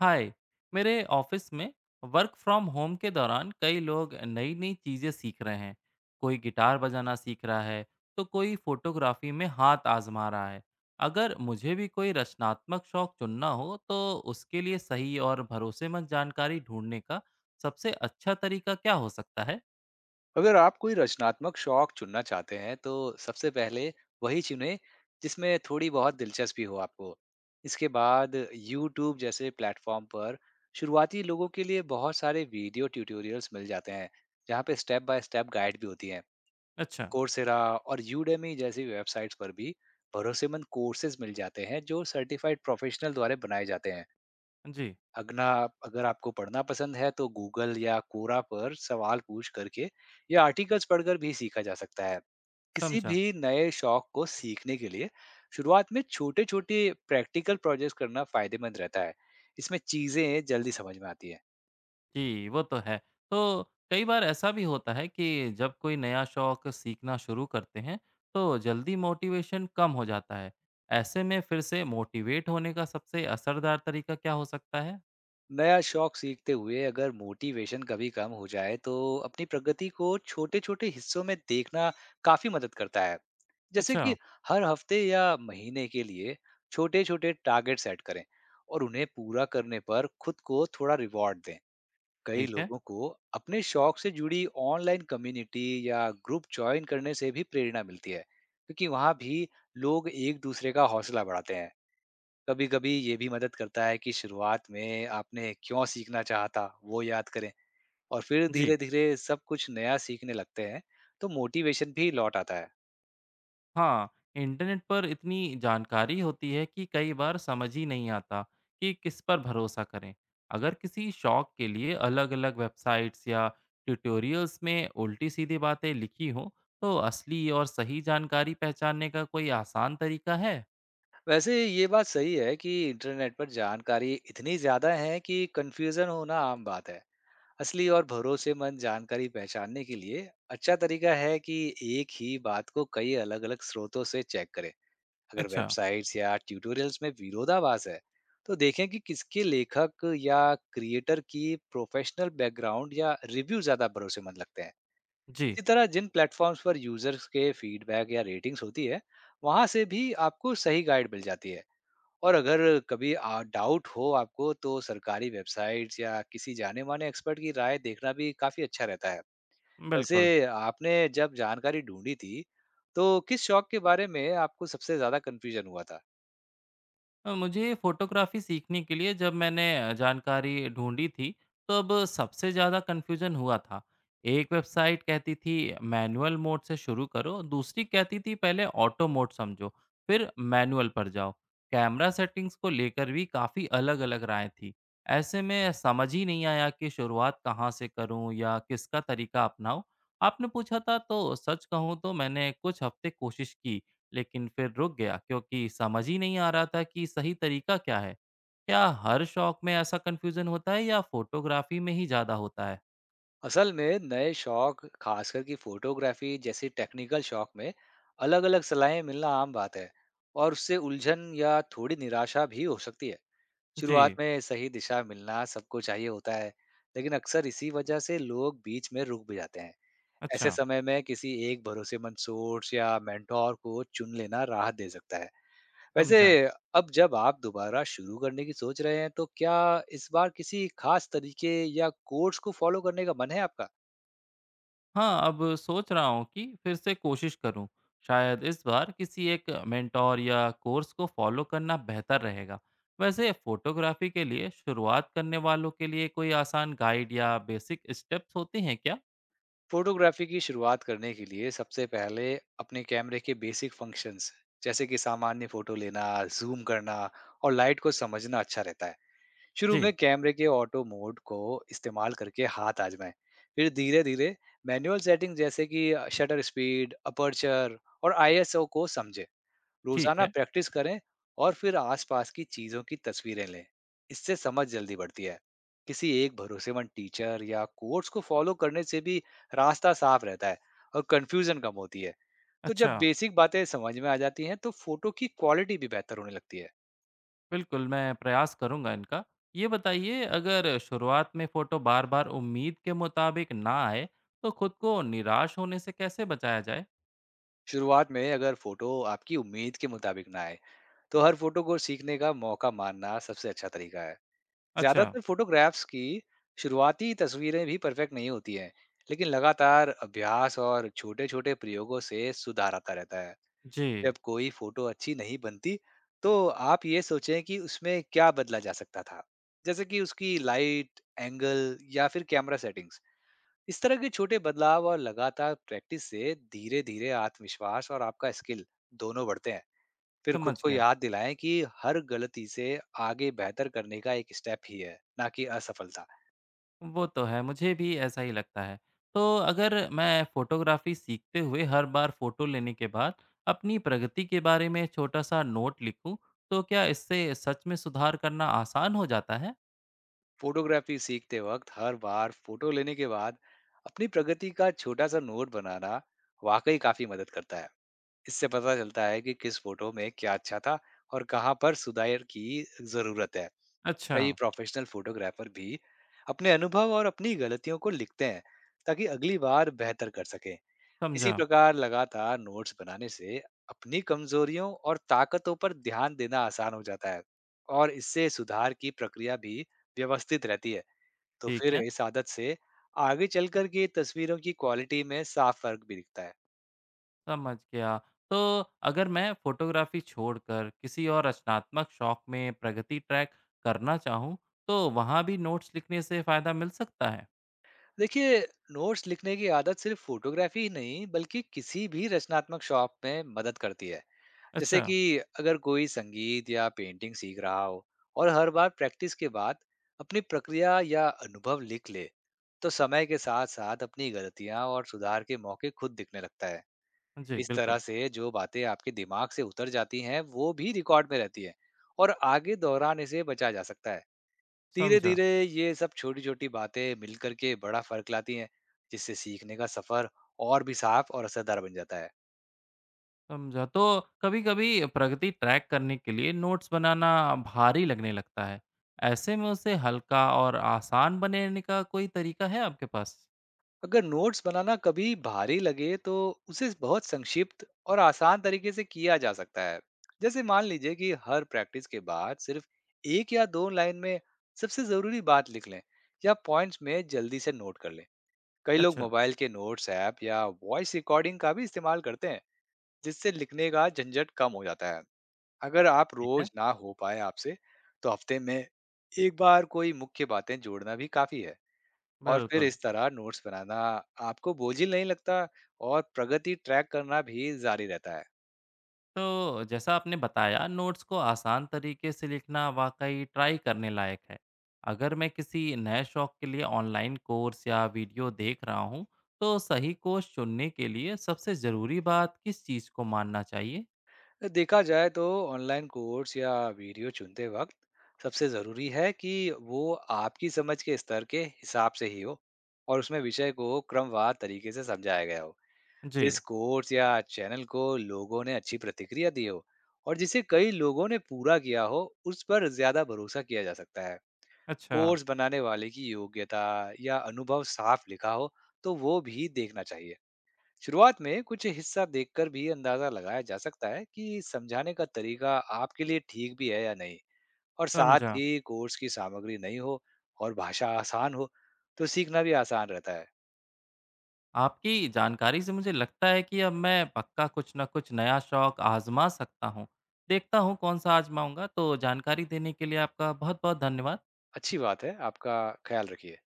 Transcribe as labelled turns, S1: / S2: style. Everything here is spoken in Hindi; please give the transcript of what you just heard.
S1: हाय। मेरे ऑफिस में वर्क फ्रॉम होम के दौरान कई लोग नई नई चीज़ें सीख रहे हैं। कोई गिटार बजाना सीख रहा है तो कोई फोटोग्राफी में हाथ आजमा रहा है। अगर मुझे भी कोई रचनात्मक शौक चुनना हो तो उसके लिए सही और भरोसेमंद जानकारी ढूंढने का सबसे अच्छा तरीका क्या हो सकता है?
S2: अगर आप कोई रचनात्मक शौक चुनना चाहते हैं तो सबसे पहले वही चुनें जिसमें थोड़ी बहुत दिलचस्पी हो आपको। इसके बाद यूट्यूब जैसे प्लेटफॉर्म पर शुरुआती लोगों के लिए बहुत सारे वीडियो ट्यूटोरियल्स मिल जाते हैं, जहाँ पे स्टेप बाय स्टेप गाइड भी होती हैं।
S1: अच्छा।
S2: कोर्सेरा और यूडेमी जैसी वेबसाइट्स पर भी भरोसेमंद कोर्सेज मिल जाते हैं जो सर्टिफाइड प्रोफेशनल द्वारा बनाए जाते हैं।
S1: जी।
S2: अगना अगर आपको पढ़ना पसंद है तो गूगल या कोरा पर सवाल पूछ करके या आर्टिकल्स पढ़कर भी सीखा जा सकता है। किसी
S1: समझा।
S2: भी नए शौक को सीखने के लिए शुरुआत में छोटे-छोटे प्रैक्टिकल प्रोजेक्ट्स करना फायदेमंद रहता है। इसमें चीजें जल्दी समझ में आती है।
S1: जी, वो तो है। तो कई बार ऐसा भी होता है कि जब कोई नया शौक सीखना शुरू करते हैं, तो जल्दी मोटिवेशन कम हो जाता है। ऐसे में फिर से मोटिवेट होने का सबसे असरदार तरीका क्या हो सकता है?
S2: नया शौक सीखते हुए अगर मोटिवेशन कभी कम हो जाए तो अपनी प्रगति को छोटे छोटे हिस्सों में देखना काफी मदद करता है। जैसे कि
S1: अच्छा,
S2: हर हफ्ते या महीने के लिए छोटे छोटे टारगेट सेट करें और उन्हें पूरा करने पर खुद को थोड़ा रिवॉर्ड दें। कई
S1: ठीक है।
S2: लोगों को अपने शौक से जुड़ी ऑनलाइन कम्युनिटी या ग्रुप ज्वाइन करने से भी प्रेरणा मिलती है, क्योंकि वहाँ भी लोग एक दूसरे का हौसला बढ़ाते हैं। कभी कभी ये भी मदद करता है कि शुरुआत में आपने क्यों सीखना चाहा था वो याद करें, और फिर
S1: जी।
S2: धीरे धीरे सब कुछ नया सीखने लगते हैं, तो मोटिवेशन भी लौट आता है।
S1: हाँ, इंटरनेट पर इतनी जानकारी होती है कि कई बार समझ ही नहीं आता कि किस पर भरोसा करें। अगर किसी शौक के लिए अलग-अलग वेबसाइट्स या ट्यूटोरियल्स में उल्टी-सीधी बातें लिखी हों, तो असली और सही जानकारी पहचानने का कोई आसान तरीका है?
S2: वैसे ये बात सही है कि इंटरनेट पर जानकारी इतनी ज्यादा है कि कंफ्यूजन होना आम बात है। असली और भरोसेमंद जानकारी पहचानने के लिए अच्छा तरीका है कि एक ही बात को कई अलग अलग स्रोतों से चेक करें। अगर
S1: अच्छा।
S2: वेबसाइट्स या ट्यूटोरियल्स में विरोधाभास है तो देखें कि किसके लेखक या क्रिएटर की प्रोफेशनल बैकग्राउंड या रिव्यू ज्यादा भरोसेमंद लगते हैं।
S1: जी,
S2: इसी तरह जिन प्लेटफॉर्म्स पर यूजर्स के फीडबैक या रेटिंग्स होती है, वहां से भी आपको सही गाइड मिल जाती है। और अगर कभी डाउट हो आपको तो सरकारी वेबसाइट्स या किसी जाने माने एक्सपर्ट की राय देखना भी काफी अच्छा रहता है। वैसे
S1: बिल्कुल।
S2: आपने जब जानकारी ढूंढी थी तो किस शौक के बारे में आपको सबसे ज्यादा कंफ्यूजन हुआ था?
S1: मुझे फ़ोटोग्राफ़ी सीखने के लिए जब मैंने जानकारी ढूँढी थी, तब सबसे ज़्यादा कन्फ्यूज़न हुआ था। एक वेबसाइट कहती थी मैनुअल मोड से शुरू करो, दूसरी कहती थी पहले ऑटो मोड समझो, फिर मैनुअल पर जाओ। कैमरा सेटिंग्स को लेकर भी काफ़ी अलग-अलग राय थी। ऐसे में समझ ही नहीं आया कि शुरुआत कहाँ से करूँ या किसका तरीका अपनाऊँ। आपने पूछा था तो सच कहूँ तो मैंने कुछ हफ़्ते कोशिश की लेकिन फिर रुक गया क्योंकि समझ ही नहीं आ रहा था कि सही तरीका क्या है। क्या हर शौक में ऐसा कंफ्यूजन होता है या फोटोग्राफी में ही ज़्यादा होता है?
S2: असल में नए शौक खासकर कि फोटोग्राफी जैसी टेक्निकल शौक में अलग अलग सलाहें मिलना आम बात है, और उससे उलझन या थोड़ी निराशा भी हो सकती है। शुरुआत
S1: जी,
S2: में सही दिशा मिलना सबको चाहिए होता है, लेकिन अक्सर इसी वजह से लोग बीच में रुक भी जाते हैं। ऐसे
S1: अच्छा,
S2: समय में किसी एक भरोसेमंद सोर्स या मेंटोर को चुन लेना राहत दे सकता है। वैसे
S1: समझा।
S2: अब जब आप दोबारा शुरू करने की सोच रहे हैं तो क्या इस बार किसी खास तरीके या कोर्स को फॉलो करने का मन है आपका?
S1: हाँ, अब सोच रहा हूँ कि फिर से कोशिश करूँ। शायद इस बार किसी एक मेंटोर या कोर्स को फॉलो करना बेहतर रहेगा। वैसे फोटोग्राफी के लिए शुरुआत करने वालों के लिए कोई आसान गाइड या बेसिक स्टेप्स होते हैं क्या?
S2: फोटोग्राफी की शुरुआत करने के लिए सबसे पहले अपने कैमरे के बेसिक फंक्शंस जैसे कि सामान्य फोटो लेना, जूम करना और लाइट को समझना अच्छा रहता है। शुरू
S1: जी,
S2: में कैमरे के ऑटो मोड को इस्तेमाल करके हाथ आजमाएं। फिर धीरे-धीरे मैनुअल सेटिंग जैसे कि शटर स्पीड, अपर्चर और आईएसओ को समझें।
S1: ठीक
S2: रोजाना
S1: है।
S2: प्रैक्टिस करें और फिर आसपास की चीजों की तस्वीरें लें, इससे समझ जल्दी बढ़ती है। किसी एक भरोसेमंद टीचर या कोर्स को फॉलो करने से भी रास्ता साफ रहता है और कंफ्यूजन कम होती है। तो
S1: अच्छा।
S2: जब बेसिक बातें समझ में आ जाती हैं तो फोटो की क्वालिटी भी बेहतर होने लगती है।
S1: बिल्कुल, मैं प्रयास करूँगा इनका। ये बताइए, अगर शुरुआत में फ़ोटो बार-बार उम्मीद के मुताबिक ना आए, तो खुद को निराश होने से कैसे बचाया जाए?
S2: शुरुआत में अगर फोटो आपकी उम्मीद के मुताबिक ना आए तो हर फोटो को सीखने का मौका मानना सबसे अच्छा तरीका है।
S1: अच्छा,
S2: ज्यादातर फोटोग्राफ्स की शुरुआती तस्वीरें भी परफेक्ट नहीं होती हैं, लेकिन लगातार अभ्यास और छोटे छोटे प्रयोगों से सुधार आता रहता है।
S1: जी,
S2: जब कोई फोटो अच्छी नहीं बनती तो आप ये सोचें कि उसमें क्या बदला जा सकता था, जैसे कि उसकी लाइट एंगल या फिर कैमरा सेटिंग्स। इस तरह के छोटे बदलाव और लगातार प्रैक्टिस से धीरे धीरे आत्मविश्वास और आपका स्किल, दोनों बढ़ते हैं। फिर खुद
S1: समझ
S2: को
S1: गया।
S2: याद दिलाएं कि हर गलती से आगे बेहतर करने का एक स्टेप ही है, ना कि असफलता।
S1: वो तो है, मुझे भी ऐसा ही लगता है। तो अगर मैं फ़ोटोग्राफ़ी सीखते हुए हर बार फ़ोटो लेने के बाद अपनी प्रगति के बारे में छोटा-सा नोट लिखूँ, तो क्या इससे सच में सुधार करना आसान हो जाता है?
S2: फोटोग्राफी सीखते वक्त हर बार फोटो लेने के बाद अपनी प्रगति का छोटा सा नोट बनाना वाकई काफी मदद करता है। इससे पता चलता है कि किस फोटो में क्या अच्छा था और कहाँ पर सुधार की जरूरत है।
S1: अच्छा,
S2: कई प्रोफेशनल फोटोग्राफर भी अपने अनुभव और अपनी गलतियों को लिखते हैं ताकि अगली बार बेहतर कर सकें। इसी
S1: समझा।
S2: प्रकार लगातार नोट्स बनाने से अपनी कमजोरियों और ताकतों पर ध्यान देना आसान हो जाता है, और इससे सुधार की प्रक्रिया भी व्यवस्थित रहती है। तो
S1: ठीक
S2: फिर
S1: है।
S2: इस आदत से आगे चलकर के तस्वीरों की क्वालिटी में साफ फर्क भी दिखता है।
S1: समझ गया। तो अगर मैं फ़ोटोग्राफ़ी छोड़कर किसी और रचनात्मक शौक में प्रगति ट्रैक करना चाहूँ, तो वहाँ भी नोट्स लिखने से फ़ायदा मिल सकता है?
S2: देखिए, नोट्स लिखने की आदत सिर्फ फोटोग्राफी ही नहीं बल्कि किसी भी रचनात्मक शॉप में मदद करती है। जैसे
S1: अच्छा,
S2: कि अगर कोई संगीत या पेंटिंग सीख रहा हो और हर बार प्रैक्टिस के बाद अपनी प्रक्रिया या अनुभव लिख ले, तो समय के साथ साथ अपनी गलतियां और सुधार के मौके खुद दिखने लगता है।
S1: जी
S2: इस
S1: बिल्कुल,
S2: तरह से जो बातें आपके दिमाग से उतर जाती हैं वो भी रिकॉर्ड में रहती है, और आगे दौरान इसे बचा जा सकता है। धीरे
S1: समझा,
S2: धीरे ये सब छोटी छोटी बातें मिलकर के बड़ा फर्क लाती हैं, जिससे सीखने का सफर और भी साफ और असरदार बन जाता है।
S1: समझा। तो कभी-कभी प्रगति ट्रैक करने के लिए नोट्स बनाना भारी लगने लगता है। ऐसे में उसे हल्का और आसान बनाने का कोई तरीका है आपके पास?
S2: अगर नोट्स बनाना कभी भारी लगे तो उसे बहुत संक्षिप्त और आसान तरीके से किया जा सकता है। जैसे मान लीजिए कि हर प्रैक्टिस के बाद सिर्फ एक या दो लाइन में सबसे जरूरी बात लिख लें या पॉइंट्स में जल्दी से नोट कर लें। कई लोग
S1: अच्छा,
S2: मोबाइल के नोट्स ऐप या वॉइस रिकॉर्डिंग का भी इस्तेमाल करते हैं, जिससे लिखने का झंझट कम हो जाता है। अगर आप
S1: ठीक है,
S2: रोज ना हो पाए आपसे तो हफ्ते में एक बार कोई मुख्य बातें जोड़ना भी काफी है। और फिर
S1: बिल्कुल।
S2: इस तरह नोट्स बनाना आपको बोझिल नहीं लगता और प्रगति ट्रैक करना भी जारी रहता है।
S1: तो जैसा आपने बताया, नोट्स को आसान तरीके से लिखना वाकई ट्राई करने लायक है। अगर मैं किसी नए शौक के लिए ऑनलाइन कोर्स या वीडियो देख रहा हूँ, तो सही कोर्स चुनने के लिए सबसे ज़रूरी बात किस चीज़ को मानना चाहिए?
S2: देखा जाए तो ऑनलाइन कोर्स या वीडियो चुनते वक्त सबसे ज़रूरी है कि वो आपकी समझ के स्तर के हिसाब से ही हो और उसमें विषय को क्रमवार तरीके से समझाया गया हो।
S1: जी।
S2: जिस कोर्स या चैनल को लोगों ने अच्छी प्रतिक्रिया दी हो और जिसे कई लोगों ने पूरा किया हो उस पर ज़्यादा भरोसा किया जा सकता है।
S1: अच्छा।
S2: कोर्स बनाने वाले की योग्यता या अनुभव साफ लिखा हो तो वो भी देखना चाहिए। शुरुआत में कुछ हिस्सा देखकर भी अंदाजा लगाया जा सकता है कि समझाने का तरीका आपके लिए ठीक भी है या नहीं। और साथ
S1: समझा।
S2: ही कोर्स की सामग्री नहीं हो और भाषा आसान हो तो सीखना भी आसान रहता है।
S1: आपकी जानकारी से मुझे लगता है कि अब मैं पक्का कुछ ना कुछ नया शौक आज़मा सकता हूँ। देखता हूँ कौन सा आजमाऊंगा। तो जानकारी देने के लिए आपका बहुत बहुत धन्यवाद।
S2: अच्छी बात है आपका। ख्याल रखिए।